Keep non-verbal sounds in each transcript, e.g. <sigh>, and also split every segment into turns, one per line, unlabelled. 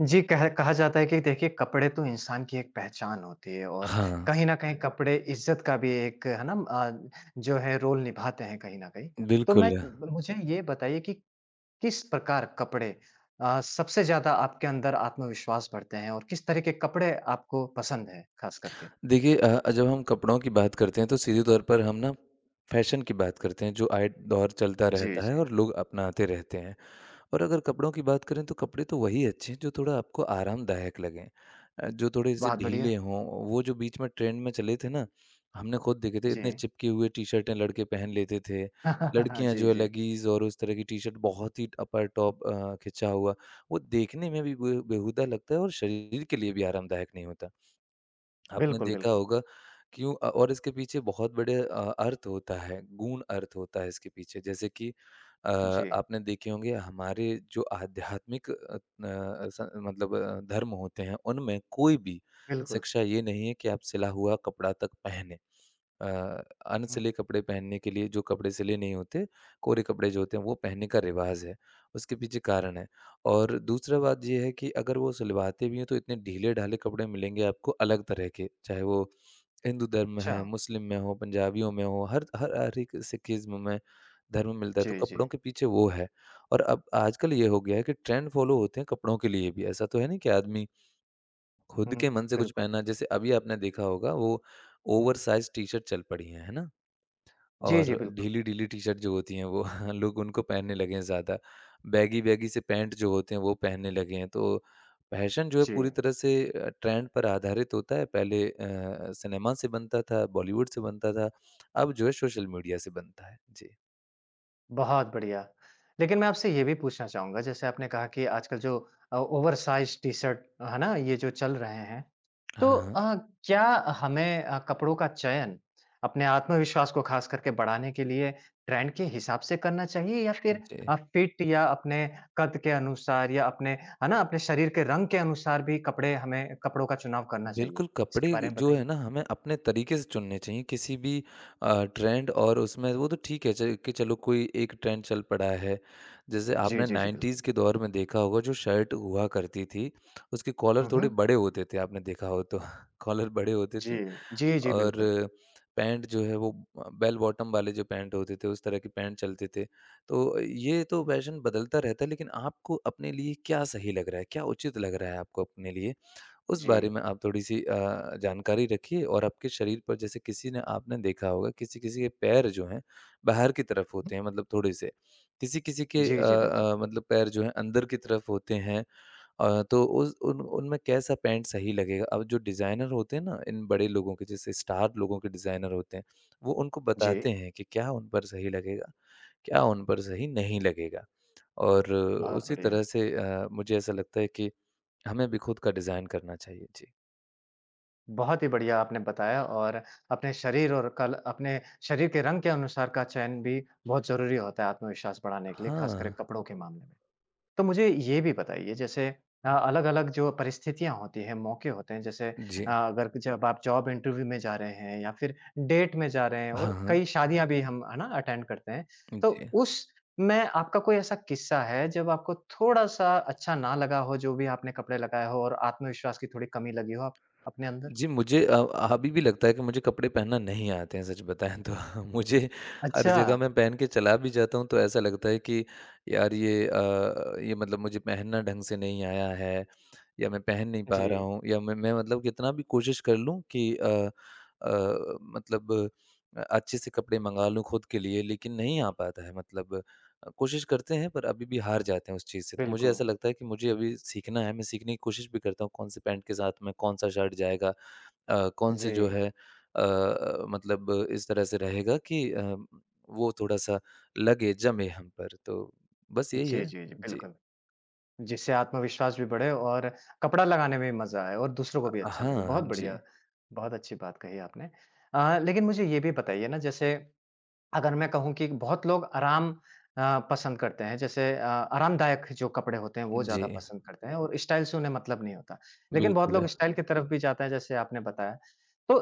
जी, कह कहा जाता है कि देखिए कपड़े तो इंसान की एक पहचान होती है और
हाँ,
कहीं न कहीं कपड़े इज़्ज़त का भी एक है ना जो है रोल निभाते हैं कहीं न कहीं। तो मैं
बिल्कुल।
मुझे ये बताइए कि किस प्रकार कपड़े सबसे ज़्यादा आपके अंदर आत्मविश्वास भरते हैं और किस तरह के कपड़े आपको पसंद हैं ख़ास करके?
देखिए जब हम कपड़ों की बात करते हैं तो सीधे तौर पर हम ना फैशन की बात करते हैं जो आए दौर चलता
जी,
रहता है
जी।
और लोग अपनाते रहते हैं। और अगर कपड़ों की बात करें तो कपड़े तो वही अच्छे हैं जो थोड़ा आपको आरामदायक लगें। जो थोड़े जैसे
बहुत बढ़िया।
ढीले हों, वो जो बीच में ट्रेंड में चले थे ना, हमने खुद देखे थे,
जी।
इतने चिपके हुए टी-शर्टें लड़के पहन लेते थे।
<laughs>
लड़कियाँ
जी,
जो है
जी।
लेगीज़ और उस तरह की टी-शर्ट बहुत ही अपर टॉप खिंचा हुआ, वो देखने में भी बे बेहुदा लगता है और शरीर के लिए भी आरामदायक नहीं होता। आपने
बिल्कुल,
देखा
बिल्कुल।
होगा क्यों और इसके पीछे बहुत बड़े अर्थ होता है, गूढ़ अर्थ होता है इसके पीछे। जैसे कि अ,
जी,
आपने देखे होंगे हमारे जो आध्यात्मिक अ, न स मतलब धर्म होते हैं, उनमें कोई भी
बिल्कुल।
शिक्षा ये नहीं है कि आप सिला हुआ कपड़ा तक पहने। अ,
हुँ,
अनसिले कपड़े पहनने के लिए जो कपड़े सिले नहीं होते, कोरे कपड़े जो होते हैं वो पहनने का रिवाज़ है, उसके पीछे कारण है। और दूसरा बात ये है कि अगर वो सिलवाते भी हैं तो इतने ढीले-ढाले कपड़े मिलेंगे आपको अलग तरह के, चाहे वो हिंदू धर्म में
अच्छा।
है, मुस्लिम में हो, पंजाबियों में हो, हर हर हर एक सिखिज़्म में धर्म मिलता है, तो
जी, जी।
कपड़ों के पीछे वो है। और अब आजकल ये हो गया है कि ट्रेंड फ़ॉलो होते हैं कपड़ों के लिए भी, ऐसा तो है नहीं कि आदमी खुद
हुँ,
के मन से कुछ
बिल्कुल।
पहनना जैसे अभी आपने देखा होगा वो ओवरसाइज़ टी-शर्ट चल पड़ी हैं, है ना?
जी, जी,
और
बिल्कुल।
ढीली-ढीली टी-शर्ट जो होती हैं वो <laughs> लोग उनको पहनने लगे हैं ज़्यादा। बैगी-बैगी से पैंट जो होते हैं वो पहनने लगे हैं। तो फ़ैशन जो है
जी।
पूरी तरह से ट्रेंड पर आधारित होता है। पहले सिनेमा से बनता था, बॉलीवुड से बनता था, अब जो है सोशल मीडिया से बनता है। जी।
बहुत बढ़िया। लेकिन मैं आपसे ये भी पूछना चाहूँगा जैसे आपने कहा कि आजकल जो ओवरसाइज़ टी-शर्ट है ना? ये जो चल रहे हैं।
हाँ,
तो
हाँ।
क्या हमें कपड़ों का चयन अपने आत्मविश्वास को ख़ास करके बढ़ाने के लिए ट्रेंड के हिसाब से करना चाहिए या फ़िर
जी।
फिट या अपने कद के अनुसार या अपने है ना? अपने शरीर के रंग के अनुसार भी कपड़े हमें कपड़ों का चुनाव करना चाहिए?
बिल्कुल,
इसके
कपड़े
बारे में
जो है
बताइए।
ना हमें अपने तरीके से चुनने चाहिए किसी भी ट्रेंड और उसमें वो तो ठीक है च कि चलो कोई एक ट्रेंड चल पड़ा है। जैसे
जी,
आपने
जी, जी, बिल्कुल।
90s के दौर में देखा होगा जो शर्ट हुआ करती थी, उसके कॉलर
हुँ,
थोड़े
हुँ।
बड़े होते थे आपने देखा हो तो <laughs> कॉलर बड़े होते
जी।
थे
जी, जी,
और
बिल्कुल।
पैंट जो है वो बेल बॉटम वाले जो पैंट होते थे उस तरह के पैंट चलते थे। तो ये तो फ़ैशन बदलता रहता है लेकिन आपको अपने लिए क्या सही लग रहा है? क्या उचित लग रहा है आपको अपने लिए? उस
जी।
बारे में आप थोड़ी-सी जानकारी रखिए और आपके शरीर पर जैसे किसी ने आपने देखा होगा किसी-किसी के पैर जो हैं, बाहर की तरफ होते हैं मतलब थोड़े-से। किसी-किसी के
जी, जी, बिल्कुल।
मतलब पैर जो हैं अंदर की तरफ होते हैं। तो उस उन उनमें कैसा पैंट सही लगेगा? अब जो डिज़ाइनर होते हैं ना, इन बड़े लोगों के जैसे स्टार लोगों के डिज़ाइनर होते हैं, वो उनको
जी,
बताते हैं कि क्या उन पर सही लगेगा, क्या उन पर सही नहीं लगेगा। और
बहुत
उसी
बढ़िया।
तरह से मुझे ऐसा लगता है कि हमें भी खुद का डिज़ाइन करना चाहिए। जी।
बहुत ही बढ़िया आपने बताया और अपने शरीर के रंग के अनुसार का चयन भी बहुत ज़रूरी होता है आत्मविश्वास बढ़ाने के लिए, ख़ासकर
हाँ,
कपड़ों के मामले में। तो मुझे ये भी बताइए जैसे अलग-अलग जो परिस्थितियाँ होती हैं, मौके होते हैं जैसे
जी।
अगर जब आप जॉब इंटरव्यू में जा रहे हैं या फिर डेट में जा रहे हैं
हाँ,
और
हाँ।
कई शादियाँ भी हम है ना अटेंड करते हैं। तो
जी।
उस में आपका कोई ऐसा किस्सा है जब आपको थोड़ा-सा अच्छा ना लगा हो जो भी आपने कपड़े लगाए हो और आत्मविश्वास की थोड़ी कमी लगी हो आप अपने अंदर?
जी, मुझे अभी भी लगता है कि मुझे कपड़े पहनना नहीं आते हैं सच बताएँ तो। <laughs> मुझे हर
अच्छा।
जगह मैं पहन के चला भी जाता हूँ तो ऐसा लगता है कि यार ये ये मतलब मुझे पहनना ढंग से नहीं आया है या मैं पहन नहीं
जी,
पा रहा हूँ या मैं मतलब कितना भी कोशिश कर लूँ कि अ, मतलब अच्छे से कपड़े मँगा लूँ खुद के लिए, लेकिन नहीं आ पाता है मतलब कोशिश करते हैं पर अभी भी हार जाते हैं उस चीज़ से। तो मुझे
बिल्कुल।
ऐसा लगता है कि मुझे अभी सीखना है, मैं सीखने की कोशिश भी करता हूँ कौन से पैंट के साथ में कौन-सा शर्ट जाएगा, कौन से
जी।
जो है मतलब इस तरह से रहेगा कि वो थोड़ा-सा लगे, जमे हम पर। तो बस यही
जी,
है।
जी, जी,
जी।
बिल्कुल। जिससे आत्मविश्वास भी बढ़े और कपड़ा लगाने में भी मज़ा आए और दूसरों को भी अच्छा लगे। बहुत
हाँ, जी।
बढ़िया, बहुत अच्छी बात कही आपने। लेकिन मुझे ये भी बताइए ना जैसे अगर मैं कहूँ कि बहुत लोग पसंद करते हैं जैसे आरामदायक जो कपड़े होते हैं वो
जी,
ज़्यादा पसंद करते हैं और स्टाइल से उन्हें मतलब नहीं होता। लेकिन बहुत लोग
बिल्कुल।
स्टाइल की तरफ भी जाते हैं जैसे आपने बताया। तो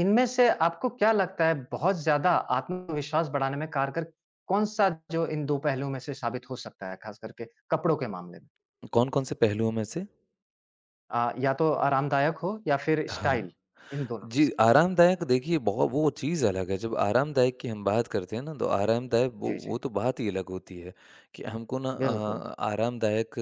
इनमें से आपको क्या लगता है बहुत ज़्यादा आत्मविश्वास बढ़ाने में कारगर कौन-सा जो इन 2 पहलुओं में से साबित हो सकता है ख़ास करके कपड़ों के मामले में?
कौन-कौन से पहलुओं में से?
या तो आरामदायक हो या फिर
हाँ।
स्टाइल, इन दोनों में
जी,
से।
आरामदायक देखिए बहु वो चीज़ अलग है, जब आरामदायक की हम बात करते हैं ना, तो आरामदायक वो
जी,
वो
जी।
तो बात ही अलग होती है कि हमको ना
बिल्कुल।
आरामदायक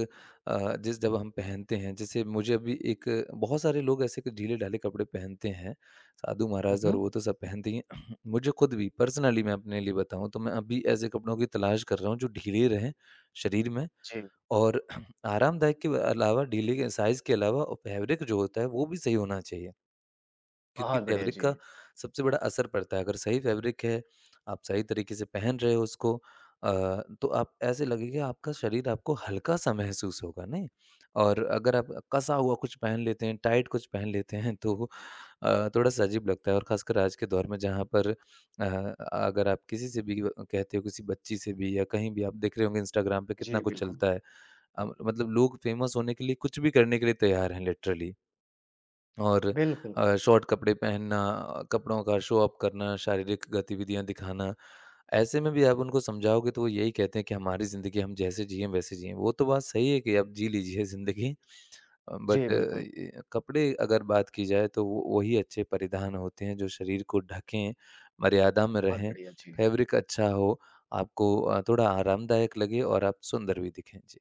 अ, जिस जब हम पहनते हैं, जैसे मुझे अभी एक बहुत सारे लोग ऐसे कि ढीले-ढाले कपड़े पहनते हैं, साधु
हुँ,
महाराज और
हुँ।
वो तो सब पहनते ही हैं। <clears throat> मुझे खुद भी पर्सनली मैं अपने लिए बताऊँ, तो मैं अभी ऐसे कपड़ों की तलाश कर रहा हूँ जो ढीले रहें शरीर में
जी,
और आरामदायक के अलावा ढीले के साइज़ के अलावा और फैब्रिक जो होता है वो भी सही होना चाहिए, क्योंकि
बहुत बढ़िया,
फैब्रिक
जी।
का सबसे बड़ा असर पड़ता है। अगर सही फैब्रिक है, आप सही तरीके से पहन रहे हो उसको अ, तो आप ऐसे लगेगा आपका शरीर आपको हल्का-सा महसूस होगा नहीं? और अगर आप कसा हुआ कुछ पहन लेते हैं, टाइट कुछ पहन लेते हैं तो वो, थोड़ा-सा अजीब लगता है और ख़ासकर आज के दौर में जहाँ पर अगर आप किसी से भी कहते हो किसी बच्ची से भी या कहीं भी आप देख रहे होंगे इंस्टाग्राम पे
जी,
कितना कुछ
बिल्कुल।
चलता है। मतलब लोग फेमस होने के लिए कुछ भी करने के लिए तैयार हैं लिटरली और
बिल्कुल।
शॉर्ट कपड़े पहनना कपड़ों का शो अप करना, शारीरिक गतिविधियाँ दिखाना। ऐसे में भी आप उनको समझाओगे तो वो यही कहते हैं कि हमारी ज़िंदगी हम जैसे जिएँ वैसे जिएँ। वो तो बात सही है कि आप जी लीजिए ज़िंदगी
जी,
बट
बिल्कुल।
कपड़े अगर बात की जाए तो वो वही अच्छे परिधान होते हैं जो शरीर को ढकें, मर्यादा में
बहुत
रहें,
बढ़िया, जी।
फैब्रिक अच्छा हो, आपको थोड़ा आरामदायक लगे और आप सुंदर भी दिखें। जी।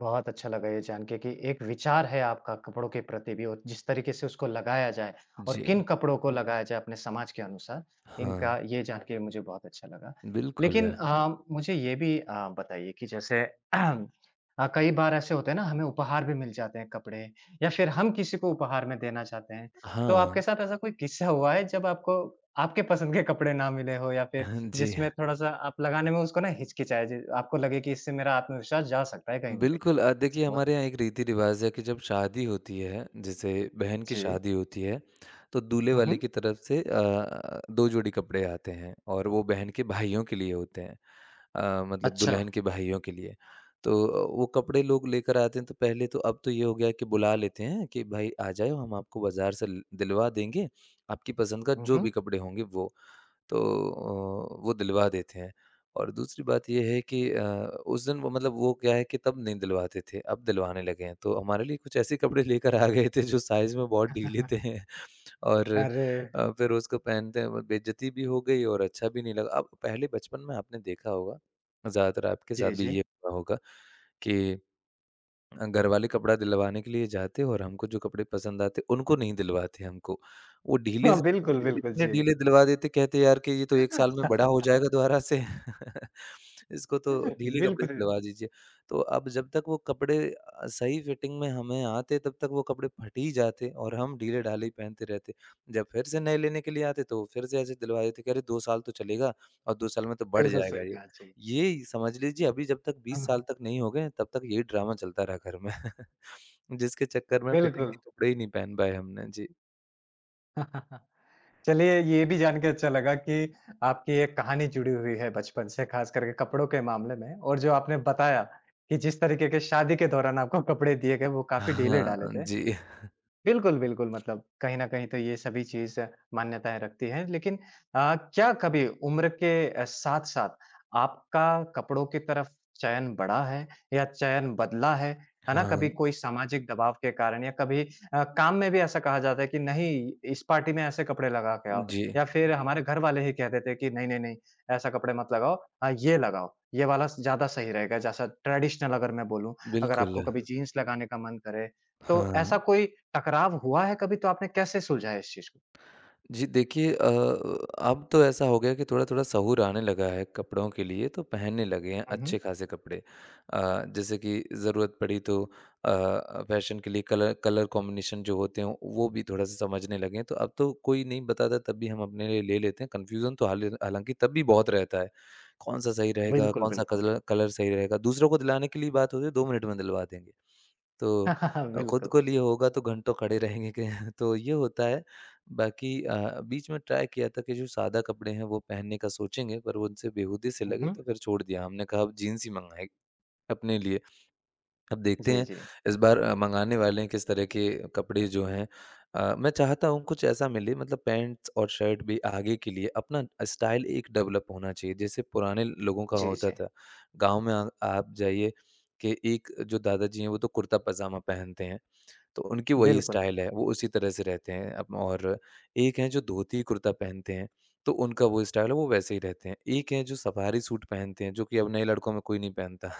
बहुत अच्छा लगा ये जान के कि एक विचार है आपका कपड़ों के प्रति भी और जिस तरीके से उसको लगाया जाए और
जी।
किन कपड़ों को लगाया जाए अपने समाज के अनुसार,
हाँ,
इनका ये जान के मुझे बहुत अच्छा लगा।
बिल्कुल।
लेकिन मुझे ये भी बताइए कि जैसे <clears throat> कई बार ऐसे होते हैं ना हमें उपहार भी मिल जाते हैं कपड़े या फिर हम किसी को उपहार में देना चाहते हैं। तो
हाँ,
आपके साथ ऐसा कोई किस्सा हुआ है जब आपको आपके पसंद के कपड़े ना मिले हो या फिर
हाँ, जी,
जिसमें
हाँ।
थोड़ा-सा आप लगाने में उसको ना हिचकिचाए, ज आपको लगे कि इससे मेरा आत्मविश्वास जा सकता है कहीं न कहीं?
बिल्कुल देखिए
हुआ।
हमारे यहाँ एक रीति-रिवाज़ है कि जब शादी होती है, जैसे बहन की
जी।
शादी होती है, तो दूल्हे
हुँ,
वाले
हुँ।
की तरफ से 2 जोड़ी कपड़े आते हैं और वो बहन के भाइयों के लिए होते हैं। मतलब
अच्छा।
दुल्हन के भाइयों के लिए। तो वो कपड़े लोग लेकर आते हैं तो पहले तो अब तो ये हो गया है कि बुला लेते हैं कि भाई आ जाओ हम आपको बाज़ार से ल दिलवा देंगे, आपकी पसंद का
हुँ,
जो
हुँ।
भी कपड़े होंगे वो। तो वो दिलवा देते हैं। और दूसरी बात ये है कि उस दिन वो मतलब वो क्या है कि तब नहीं दिलवाते थे, अब दिलवाने लगे हैं। तो हमारे लिए कुछ ऐसे कपड़े लेकर आ गए थे जो साइज़ में बहुत ढीले थे
<laughs>
<laughs> और
अरे!
फिर उसको पहनते हैं वो बेइज्जती भी हो गई और अच्छा भी नहीं लगा। अब पहले बचपन में आपने देखा होगा, ज़्यादातर आपके साथ
जी,
भी
जी।
ये हुआ होगा कि घर वाले कपड़ा दिलवाने के लिए जाते और हमको जो कपड़े पसंद आते, उनको नहीं दिलवाते हमको। वो ढीले
हाँ,
से
बिल्कुल, बिल्कुल,
इतने
जी।
ढीले दिलवा देते, कहते यार कि ये तो 1 साल में
<laughs>
बड़ा हो जाएगा दोबारा से, <laughs> इसको तो ढीले कपड़े
बिल्कुल,
दिलवा दीजिए। तो अब जब तक वो कपड़े सही फिटिंग में हमें आते, तब तक वो कपड़े फट ही जाते और हम ढीले-ढाले ही पहनते रहते। जब फिर से नए लेने के लिए आते, तो वो फिर से ऐसे दिलवा देते कि अरे 2 साल तो चलेगा और 2 साल में तो बढ़
बिल्कुल
जाएगा
सही
ये।
कहा, जी।
ये समझ लीजिए अभी जब तक
हाँ,
20
हाँ,
साल तक नहीं हो गए, तब तक यही ड्रामा चलता रहा घर में। <laughs> जिसके चक्कर में फिटिंग के
बिल्कुल।
कपड़े ही नहीं पहन पाए हमने। जी।
<laughs> चलिए ये भी जान के अच्छा लगा कि आपकी एक कहानी जुड़ी हुई है बचपन से, खास करके कपड़ों के मामले में और जो आपने बताया कि जिस तरीके के शादी के दौरान आपको कपड़े दिए गए, वो काफ़ी ढीले
हाँ,
डाले थे।
जी।
बिल्कुल, बिल्कुल, मतलब कहीं न कहीं तो ये सभी चीज़ मान्यताएँ रखती हैं। लेकिन क्या कभी उम्र के साथ-साथ आपका कपड़ों की तरफ चयन बढ़ा है या चयन बदला है? है ना? कभी
हाँ,
कोई सामाजिक दबाव के कारण या कभी काम में भी ऐसा कहा जाता है कि नहीं, इस पार्टी में ऐसे कपड़े लगा के आओ
जी।
या फिर हमारे घर वाले ही कह देते हैं कि नहीं, नहीं, नहीं, ऐसा कपड़े मत लगाओ ये लगाओ, ये वाला ज़्यादा सही रहेगा। जैसा ट्रेडिशनल अगर मैं बोलूँ, अगर
बिल्कुल।
आपको कभी जीन्स लगाने का मन करे तो
हाँ।
ऐसा कोई टकराव हुआ है कभी, तो आपने कैसे सुलझा है इस चीज़ को?
जी देखिए अब तो ऐसा हो गया कि थोड़ा-थोड़ा सहूर आने लगा है कपड़ों के लिए तो पहनने लगे हैं
हुँ, हुँ।
अच्छे खासे कपड़े। जैसे कि ज़रूरत पड़ी तो फैशन के लिए कलर कलर कॉम्बिनेशन जो होते हैं वो भी थोड़ा-सा समझने लगे हैं। तो अब तो कोई नहीं बताता तब भी हम अपने लिए ले लेते हैं। कन्फ्यूज़न तो हालाँकि तब भी बहुत रहता है। कौन-सा सही रहेगा,
बिल्कुल,
कौन-सा
बिल्कुल।
कलर कलर सही रहेगा। दूसरों को दिलाने के लिए बात होती है 2 मिनट में दिलवा देंगे। तो
<laughs>
खुद
बिल्कुल।
को लिए होगा तो घंटों खड़े रहेंगे के <laughs> तो ये होता है। बाकी बीच में ट्राई किया था कि जो सादा कपड़े हैं वो पहनने का सोचेंगे पर वो उनसे बेहूदी से
हुँ,
लगे तो
हुँ।
फिर छोड़ दिया। हमने कहा अब जीन्स ही मँगाएँ अपने लिए। अब देखते
जी,
हैं
जी।
इस बार मँगाने वाले हैं किस तरह के कपड़े जो हैं। मैं चाहता हूँ कुछ ऐसा मिले मतलब पैंट्स और शर्ट भी आगे के लिए अपना स्टाइल एक डेवलप होना चाहिए। जैसे पुराने लोगों का
जी,
होता
जी।
था। गाँव में आ आप जाइए कि एक जो दादाजी हैं वो तो कुर्ता-पजामा पहनते हैं। तो उनकी वही
बिल्कुल,
स्टाइल है, वो उसी तरह से रहते हैं अप और एक हैं जो धोती कुर्ता पहनते हैं, तो उनका वो स्टाइल है, वो वैसे ही रहते हैं। एक हैं जो सफारी सूट पहनते हैं, जो कि अब नए लड़कों में कोई नहीं पहनता।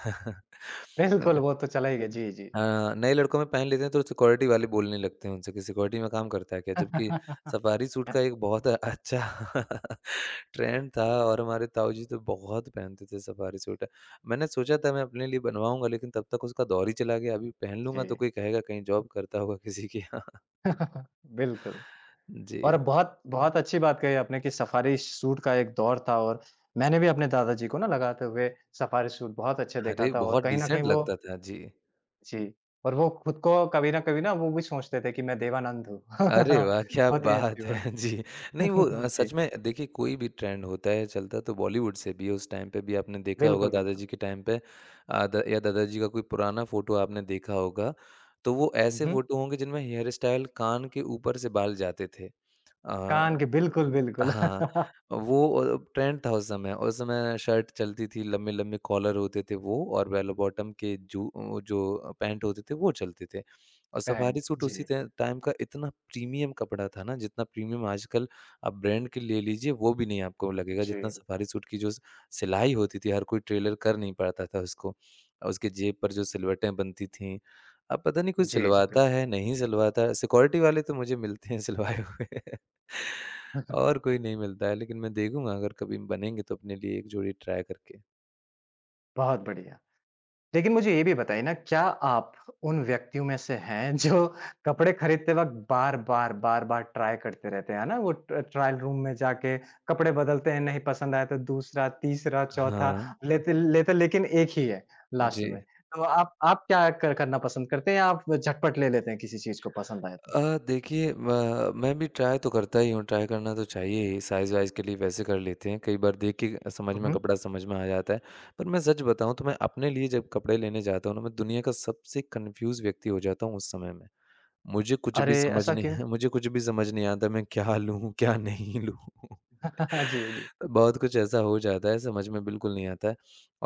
बिल्कुल,
<laughs>
वो तो चला ही गया। जी, जी, जी।
हाँ, नए लड़कों में पहन लेते हैं तो सिक्योरिटी वाले बोलने लगते हैं उनसे कि सिक्योरिटी में काम करता है क्या? जबकि
<laughs>
सफारी सूट का एक बहुत अच्छा <laughs> ट्रेंड था और हमारे ताऊ जी तो बहुत पहनते थे सफारी सूट। मैंने सोचा था मैं अपने लिए बनवाऊँगा लेकिन तब तक उसका दौर ही चला गया। अभी पहन
जी।
लूँगा तो कोई कहेगा कहीं जॉब करता होगा किसी के यहाँ।
<laughs> बिल्कुल
<laughs>
और
जी।
बहुत बहुत अच्छी बात कही आपने कि सफारी सूट का एक दौर था और मैंने भी अपने दादाजी को ना लगाते हुए सफारी सूट बहुत अच्छे देखा
अरे!
था और
बहुत
कहीं न कहीं
डिसेंट
वो
लगता था। जी।
जी, और वो खुद को कभी न कभी ना वो भी सोचते थे कि मैं देवानंद हूँ। <laughs>
अरे वाह! क्या
बहुत ही अच्छी
बात है। <laughs>
बात।
जी। नहीं
<laughs>
वो
जी,
सच में देखिए कोई भी ट्रेंड होता है चलता तो बॉलीवुड से भी है, उस टाइम पे भी आपने देखा होगा
बिल्कुल, बिल्कुल।
दादाजी के टाइम पे। अ, द या दादाजी का कोई पुराना फ़ोटो आपने देखा होगा, तो वो ऐसे
उहुँ,
फ़ोटो होंगे जिनमें हेयर स्टाइल कान के ऊपर से बाल जाते थे।
कान के
अ
बिल्कुल, बिल्कुल
हाँ,
<laughs>
वो ट्रेंड था उस समय। उस समय शर्ट चलती थी, लंबे-लंबे कॉलर होते थे वो और बेल बॉटम के जो पैंट होते थे वो चलते थे। और
पैंट,
सफारी सूट उसी
जी,
टे टाइम का इतना प्रीमियम कपड़ा था ना, जितना प्रीमियम आजकल आप ब्रांड के ले लीजिए, वो भी नहीं आपको लगेगा
जी।
जितना सफारी सूट की जो सिलाई होती थी, हर कोई टेलर कर नहीं पाता था उसको। और उसके जेब पर जो सिलवटें बनती थीं, अब पता नहीं कोई
जी, जी,
सिलवाता
बिल्कुल।
है, नहीं सिलवाता है। सिक्योरिटी वाले तो मुझे मिलते हैं सिलवाए हुए। <laughs> और
<laughs>
कोई नहीं मिलता है, लेकिन मैं देखूँगा अगर कभी बनेंगे तो अपने लिए 1 जोड़ी ट्राई करके।
बहुत बढ़िया। लेकिन मुझे ये भी बताइए ना क्या आप उन व्यक्तियों में से हैं जो <laughs> कपड़े खरीदते वक़्त बार-बार, बार-बार ट्राई करते रहते हैं, है ना? वो ट ट्रायल रूम में जाके कपड़े बदलते हैं, नहीं पसंद आया तो दूसरा, तीसरा, चौथा
हाँ,
लेते लेते लेकिन एक ही है लास्ट
जी।
में। तो आप क्या कर करना पसंद करते हैं या आप झटपट ले लेते हैं किसी चीज़ को पसंद आए तो?
अ, देखिए म मैं भी ट्राई तो करता ही हूँ, ट्राई करना तो चाहिए ही, साइज़-वाइज़ के लिए वैसे कर लेते हैं, कई बार देख के समझ में
उहुँ।
कपड़ा समझ में आ जाता है। पर मैं सच बताऊँ तो मैं अपने लिए जब कपड़े लेने जाता हूँ ना, मैं दुनिया का सबसे कन्फ्यूज़ व्यक्ति हो जाता हूँ उस समय में। मुझे कुछ भी
अरे!
समझ
ऐसा
नहीं
क्यों?
<laughs> मुझे कुछ भी समझ नहीं आता मैं क्या लूँ, क्या नहीं लूँ?
<laughs> जी, जी।
बहुत कुछ ऐसा हो जाता है समझ में बिल्कुल नहीं आता है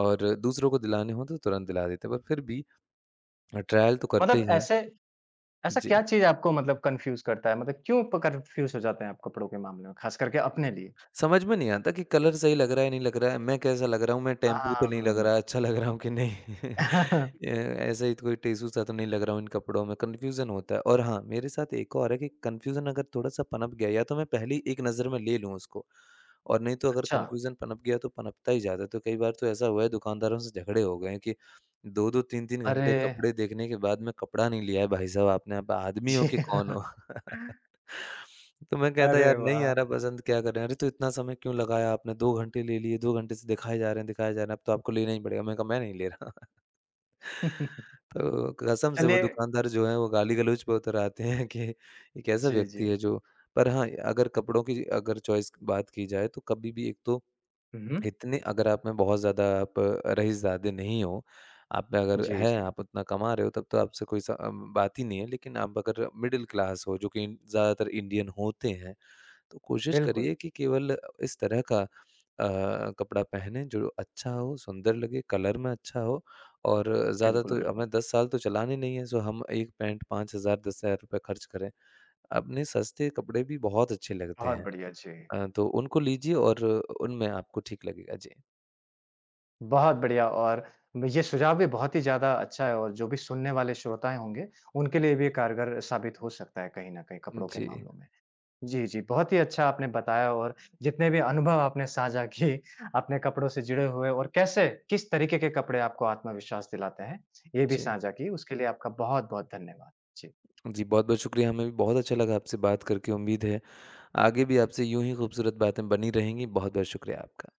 और दूसरों को दिलाने हों तो तुरंत दिला देते हैं पर फिर भी ट्रायल तो करते
मतलब
ही हैं।
ऐसे ऐसा क्या
जी,
चीज़ आपको मतलब कन्फ्यूज़ करता है? मतलब क्यों प कन्फ्यूज़ हो जाते हैं आप कपड़ों के मामले में, ख़ास करके अपने लिए?
समझ में नहीं आता कि कलर सही लग रहा है, नहीं लग रहा है, मैं कैसा लग रहा हूँ, मैं टेम्पू तो नहीं लग
हाँ।
रहा, अच्छा लग रहा हूँ कि नहीं।
<laughs>
ऐसा ही कोई टिश्यू सा तो नहीं लग रहा हूँ इन कपड़ों में, कन्फ्यूज़न होता है। और हाँ, मेरे साथ एक और है कि कन्फ्यूज़न अगर थोड़ा-सा पनप गया या तो मैं पहली एक नज़र में ले लूँ उसको और नहीं तो अगर
अच्छा।
कन्फ्यूज़न पनप गया तो पनपता ही जाता है। तो कई बार तो ऐसा हुआ है दुकानदारों से झगड़े हो गए हैं कि 2-2 3-3
अरे!
घंटे कपड़े देखने के बाद में कपड़ा नहीं लिया है भाई साहब आपने, आप आदमी हो
जी।
कि कौन हो?
<laughs>
<laughs> तो मैं कहता
अरे
यार नहीं आ
वाह!
रहा पसंद क्या करें? अरे तो इतना समय क्यों लगाया आपने? 2 घंटे ले लिए, 2 घंटे से दिखाए जा रहे हैं, अब तो आपको लेना ही पड़ेगा। मैंने कहा मैं नहीं ले रहा।
<laughs>
तो कसम से वो
चलिए
दुकानदार जो है वो गाली-गलौच पे उतर आते हैं कि ये कैसा
जी, जी।
व्यक्ति है जो पर हाँ, अगर कपड़ों की अगर चॉइस की बात की जाए तो कभी भी एक तो
हुँ, हुँ।
इतने अगर आप में बहुत ज़्यादा आप रईसज़ादे नहीं हो, आप में अगर
जी,
है
जी।
आप उतना कमा रहे हो तब तो आपसे कोई बात ही नहीं है। लेकिन आप अगर मिडल क्लास हो जो कि इन- ज़्यादातर इंडियन होते हैं तो कोशिश
बिल्कुल,
करिए कि केवल इस तरह का कपड़ा पहने जो अच्छा हो, सुंदर लगे, कलर में अच्छा हो और ज़्यादा
बिल्कुल,
तो
बिल्कुल।
हमें 10 साल तो चलाने नहीं है, सो हम एक पैंट 5,000 ₹10,000 खर्च करें। अपने सस्ते कपड़े भी बहुत अच्छे लगते
बहुत
हैं।
बढ़िया, जी।
तो उनको लीजिए और उनमें आपको ठीक लगेगा। जी।
बहुत बढ़िया और ये सुझाव भी बहुत ही ज़्यादा अच्छा है और जो भी सुनने वाले श्रोताएँ होंगे, उनके लिए भी ये कारगर साबित हो सकता है कहीं न कहीं कपड़ों के
जी,
मामलों में। जी, जी। बहुत ही अच्छा आपने बताया और जितने भी अनुभव आपने साझा <laughs> किए, अपने कपड़ों से जुड़े हुए और कैसे, किस तरीके के कपड़े आपको आत्मविश्वास दिलाते हैं, ये भी
जी।
साझा की। उसके लिए आपका बहुत-बहुत धन्यवाद। जी।
जी, बहुत-बहुत शुक्रिया, हमें भी बहुत अच्छा लगा आपसे बात करके। उम्मीद है आगे भी आपसे यूँ ही खूबसूरत बातें बनी रहेंगी। बहुत-बहुत शुक्रिया आपका।